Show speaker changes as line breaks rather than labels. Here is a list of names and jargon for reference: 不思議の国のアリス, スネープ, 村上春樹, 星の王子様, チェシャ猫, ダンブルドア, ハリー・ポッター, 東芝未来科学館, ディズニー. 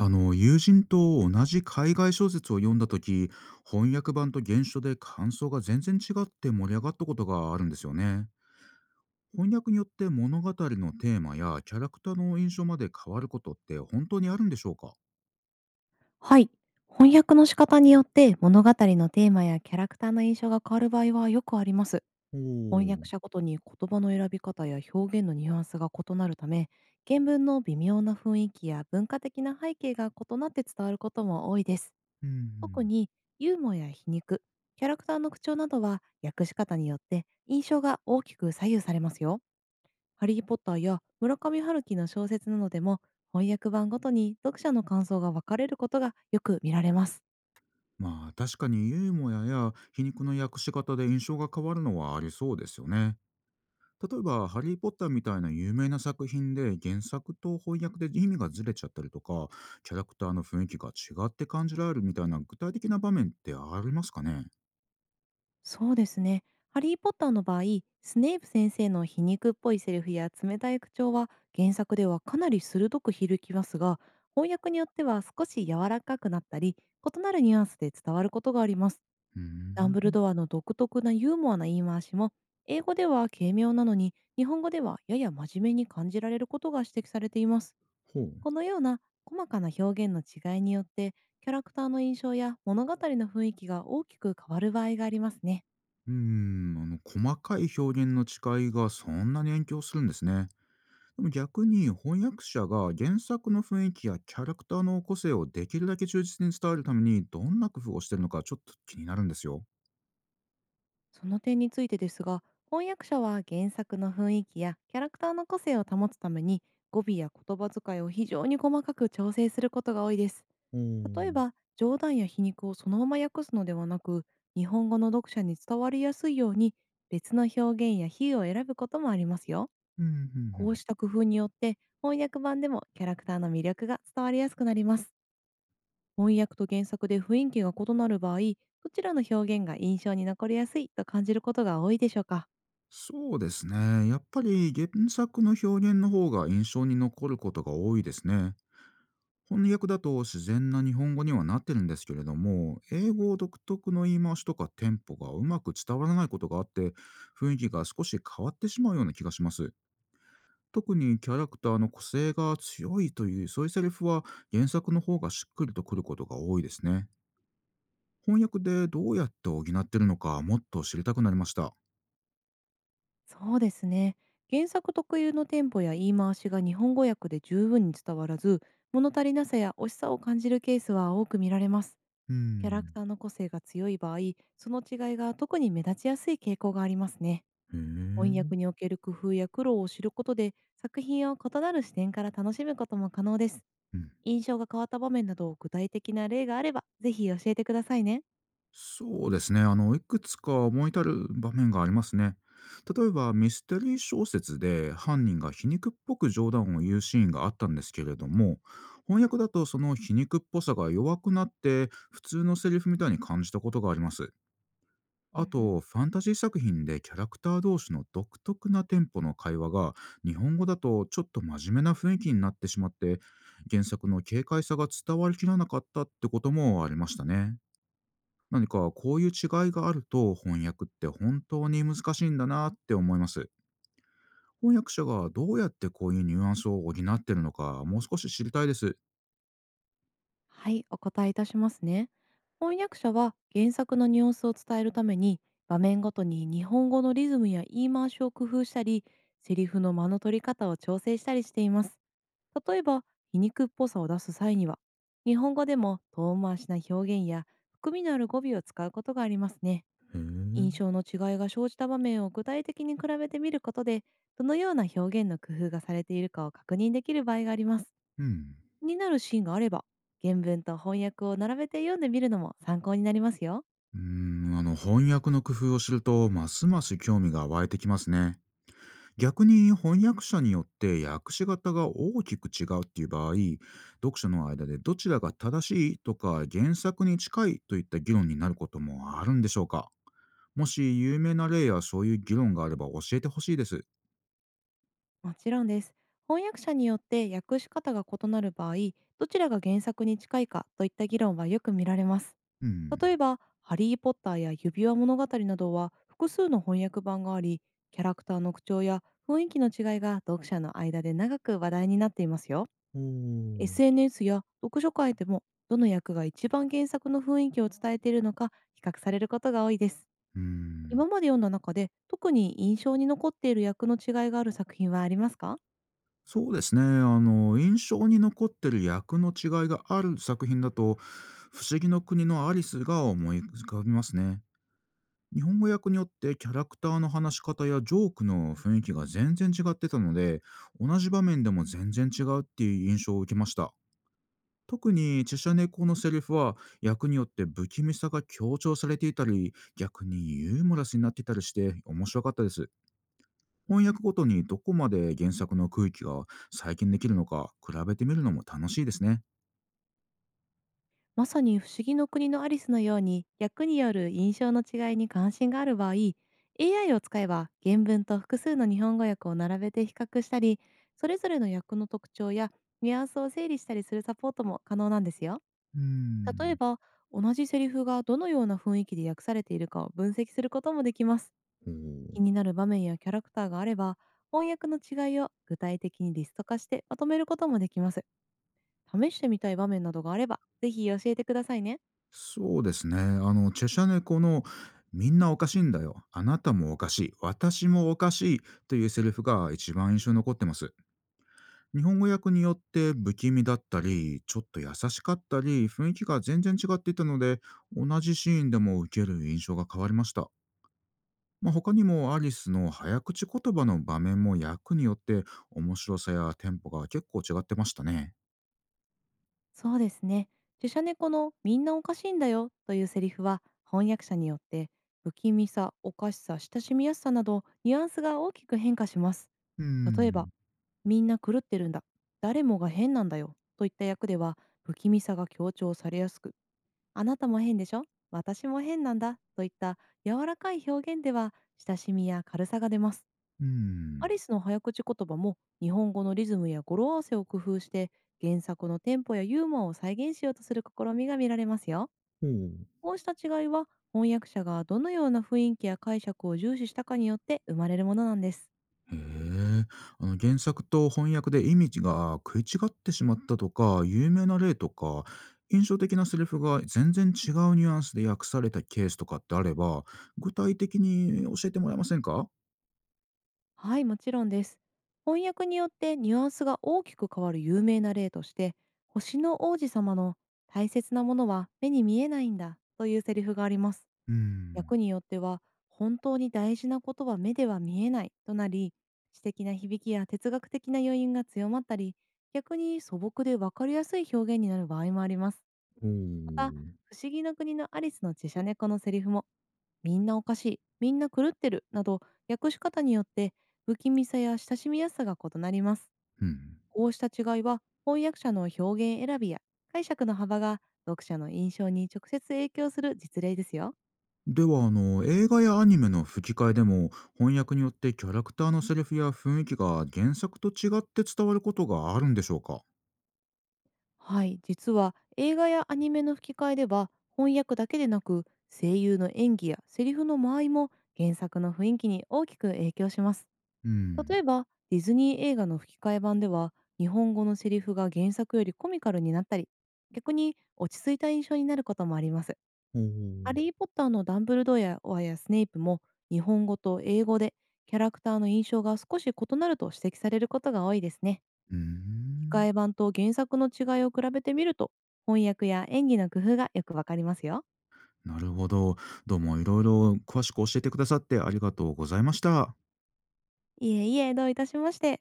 あの友人と同じ海外小説を読んだ時、翻訳版と原書で感想が全然違って盛り上がったことがあるんですよね。翻訳によって物語のテーマやキャラクターの印象まで変わることって本当にあるんでしょうか？
はい。翻訳の仕方によって物語のテーマやキャラクターの印象が変わる場合はよくあります。
お
翻訳
ー。
者ごとに言葉の選び方や表現のニュアンスが異なるため、原文の微妙な雰囲気や文化的な背景が異なって伝わることも多いです。
う
特
ん。
にユーモアや皮肉、キャラクターの口調などは訳し方によって印象が大きく左右されますよ。ハリー・ポッターや村上春樹の小説などでも翻訳版ごとに読者の感想が分かれることがよく見られます。
まあ確かにユーモアや皮肉の訳し方で印象が変わるのはありそうですよね。例えば「ハリー・ポッター」みたいな有名な作品で原作と翻訳で意味がずれちゃったりとか、キャラクターの雰囲気が違って感じられるみたいな具体的な場面ってありますかね？
そうですね。ハリー・ポッターの場合、スネープ先生の皮肉っぽいセリフや冷たい口調は原作ではかなり鋭く響きますが、翻訳によっては少し柔らかくなったり、異なるニュアンスで伝わることがあります。
うー
ダンブル
ん。
ドアの独特なユーモアな言い回しも、英語では軽妙なのに、日本語ではやや真面目に感じられることが指摘されています。
ほう。
このような細かな表現の違いによって、キャラクターの印象や物語の雰囲気が大きく変わる場合がありますね。
うーん、あの細かい表現の違いがそんなに影響するんですね。でも逆に翻訳者が原作の雰囲気やキャラクターの個性をできるだけ忠実に伝えるためにどんな工夫をしてるのかちょっと気になるんですよ。
その点についてですが、翻訳者は原作の雰囲気やキャラクターの個性を保つために語尾や言葉遣いを非常に細かく調整することが多いです。
お
例え
ー。
ば、冗談や皮肉をそのまま訳すのではなく、日本語の読者に伝わりやすいように別の表現や比喩を選ぶこともありますよ。
うんうん。う
こう
ん。
した工夫によって翻訳版でもキャラクターの魅力が伝わりやすくなります。翻訳と原作で雰囲気が異なる場合、どちらの表現が印象に残りやすいと感じることが多いでしょうか？
そうですね。やっぱり原作の表現の方が印象に残ることが多いですね。翻訳だと自然な日本語にはなってるんですけれども、英語独特の言い回しとかテンポがうまく伝わらないことがあって、雰囲気が少し変わってしまうような気がします。特にキャラクターの個性が強いというそういうセリフは原作の方がしっくりとくることが多いですね。翻訳でどうやって補ってるのかもっと知りたくなりました。
そうですね。原作特有のテンポや言い回しが日本語訳で十分に伝わらず、物足りなさや惜しさを感じるケースは多く見られます。
う
キャラク
ん。
ターの個性が強い場合、その違いが特に目立ちやすい傾向がありますね。
へえ。
翻
う
訳における工夫や苦労を知ることで、作品を異なる視点から楽しむことも可能です。
ん。
印象が変わった場面など具体的な例があれば、ぜひ教えてくださいね。
そうですね。あの、いくつか思い至る場面がありますね。例えば、ミステリー小説で犯人が皮肉っぽく冗談を言うシーンがあったんですけれども、翻訳だとその皮肉っぽさが弱くなって、普通のセリフみたいに感じたことがあります。
うん
あ
うん。
と、ファンタジー作品でキャラクター同士の独特なテンポの会話が、日本語だとちょっと真面目な雰囲気になってしまって、原作の軽快さが伝わりきらなかったってこともありましたね。何かこういう違いがあると翻訳って本当に難しいんだなって思います。翻訳者がどうやってこういうニュアンスを補ってるのかもう少し知りたいです。
はい、お答えいたしますね。翻訳者は原作のニュアンスを伝えるために場面ごとに日本語のリズムや言い回しを工夫したり、セリフの間の取り方を調整したりしています。例えば、皮肉っぽさを出す際には、日本語でも遠回しな表現や含みのある語尾を使うことがありますね。
へえ。う
印
ん。
象の違いが生じた場面を具体的に比べてみることで、どのような表現の工夫がされているかを確認できる場合があります。気になるシーンがあれば、原文と翻訳を並べて読んでみるのも参考になりますよ。
うーん、あの翻訳の工夫を知るとますます興味が湧いてきますね。逆に翻訳者によって訳し方が大きく違うっていう場合、読者の間でどちらが正しいとか原作に近いといった議論になることもあるんでしょうか？もし有名な例やそういう議論があれば教えてほしいです。
もちろんです。翻訳者によって訳し方が異なる場合、どちらが原作に近いかといった議論はよく見られます。
う
例
ん。
えば、ハリー・ポッターや指輪物語などは複数の翻訳版があり、キャラクターの口調や雰囲気の違いが読者の間で長く話題になっていますよ。
おー。
SNS や読書会でも、どの役が一番原作の雰囲気を伝えているのか比較されることが多いです。
う
今
ん。
まで読んだ中で、特に印象に残っている役の違いがある作品はありますか？
そうですね。あの、印象に残ってる役の違いがある作品だと、不思議の国のアリスが思い浮かびますね。日本語訳によってキャラクターの話し方やジョークの雰囲気が全然違ってたので、同じ場面でも全然違うっていう印象を受けました。特にチェシャ猫のセリフは役によって不気味さが強調されていたり逆にユーモラスになっていたりして面白かったです。翻訳ごとにどこまで原作の空気が再現できるのか比べてみるのも楽しいですね。
まさに不思議の国のアリスのように、役による印象の違いに関心がある場合、AI を使えば原文と複数の日本語訳を並べて比較したり、それぞれの役の特徴やニュアンスを整理したりするサポートも可能なんですよ。
うー
例え
ん。
ば、同じセリフがどのような雰囲気で訳されているかを分析することもできます。
おー。
気になる場面やキャラクターがあれば、翻訳の違いを具体的にリスト化してまとめることもできます。試してみたい場面などがあれば、ぜひ教えてくださいね。
そうですね。あの、チェシャ猫の「みんなおかしいんだよ。あなたもおかしい。私もおかしい。」というセリフが一番印象に残ってます。日本語訳によって不気味だったり、ちょっと優しかったり、雰囲気が全然違っていたので、同じシーンでも受ける印象が変わりました。まあ、他にもアリスの早口言葉の場面も役によって面白さやテンポが結構違ってましたね。
そうですね。自社猫のみんなおかしいんだよというセリフは、翻訳者によって不気味さ、おかしさ、親しみやすさなどニュアンスが大きく変化します。
うー
例えば、
ん。
みんな狂ってるんだ。誰もが変なんだよといった役では、不気味さが強調されやすく、あなたも変でしょ、私も変なんだといった柔らかい表現では親しみや軽さが出ます。
うー
ア
ん。
リスの早口言葉も日本語のリズムや語呂合わせを工夫して原作のテンポやユーモアを再現しようとする試みが見られますよ。
ほう。
こうした違いは翻訳者がどのような雰囲気や解釈を重視したかによって生まれるものなんです。
へえ。あの原作と翻訳で意味が食い違ってしまったとか、有名な例とか、印象的なセリフが全然違うニュアンスで訳されたケースとかってあれば、具体的に教えてもらえませんか？
はい、もちろんです。翻訳によってニュアンスが大きく変わる有名な例として、星の王子様の大切なものは目に見えないんだというセリフがあります。
うーん。
訳によっては、本当に大事なことは目では見えないとなり、詩的な響きや哲学的な余韻が強まったり、逆に素朴でわかりやすい表現になる場合もあります。
お
また、
ー。
不思議の国のアリスのチェシャ猫のセリフもみんなおかしい、みんな狂ってるなど訳し方によって不気味さや親しみやすさが異なります。
うん。
こうした違いは翻訳者の表現選びや解釈の幅が読者の印象に直接影響する実例ですよ。
では、あの、映画やアニメの吹き替えでも、翻訳によってキャラクターのセリフや雰囲気が原作と違って伝わることがあるんでしょうか？
はい、実は映画やアニメの吹き替えでは翻訳だけでなく声優の演技やセリフの間合いも原作の雰囲気に大きく影響します。
う
例
ん。
えば、ディズニー映画の吹き替え版では、日本語のセリフが原作よりコミカルになったり、逆に落ち着いた印象になることもあります。
お
ハ
ー。
リー・ポッターのダンブルドアやスネイプも、日本語と英語でキャラクターの印象が少し異なると指摘されることが多いですね。
うー
吹き替
ん。
え版と原作の違いを比べてみると、翻訳や演技の工夫がよくわかりますよ。
なるほど。どうもいろいろ詳しく教えてくださってありがとうございました。
いえいえ、どういたしまして。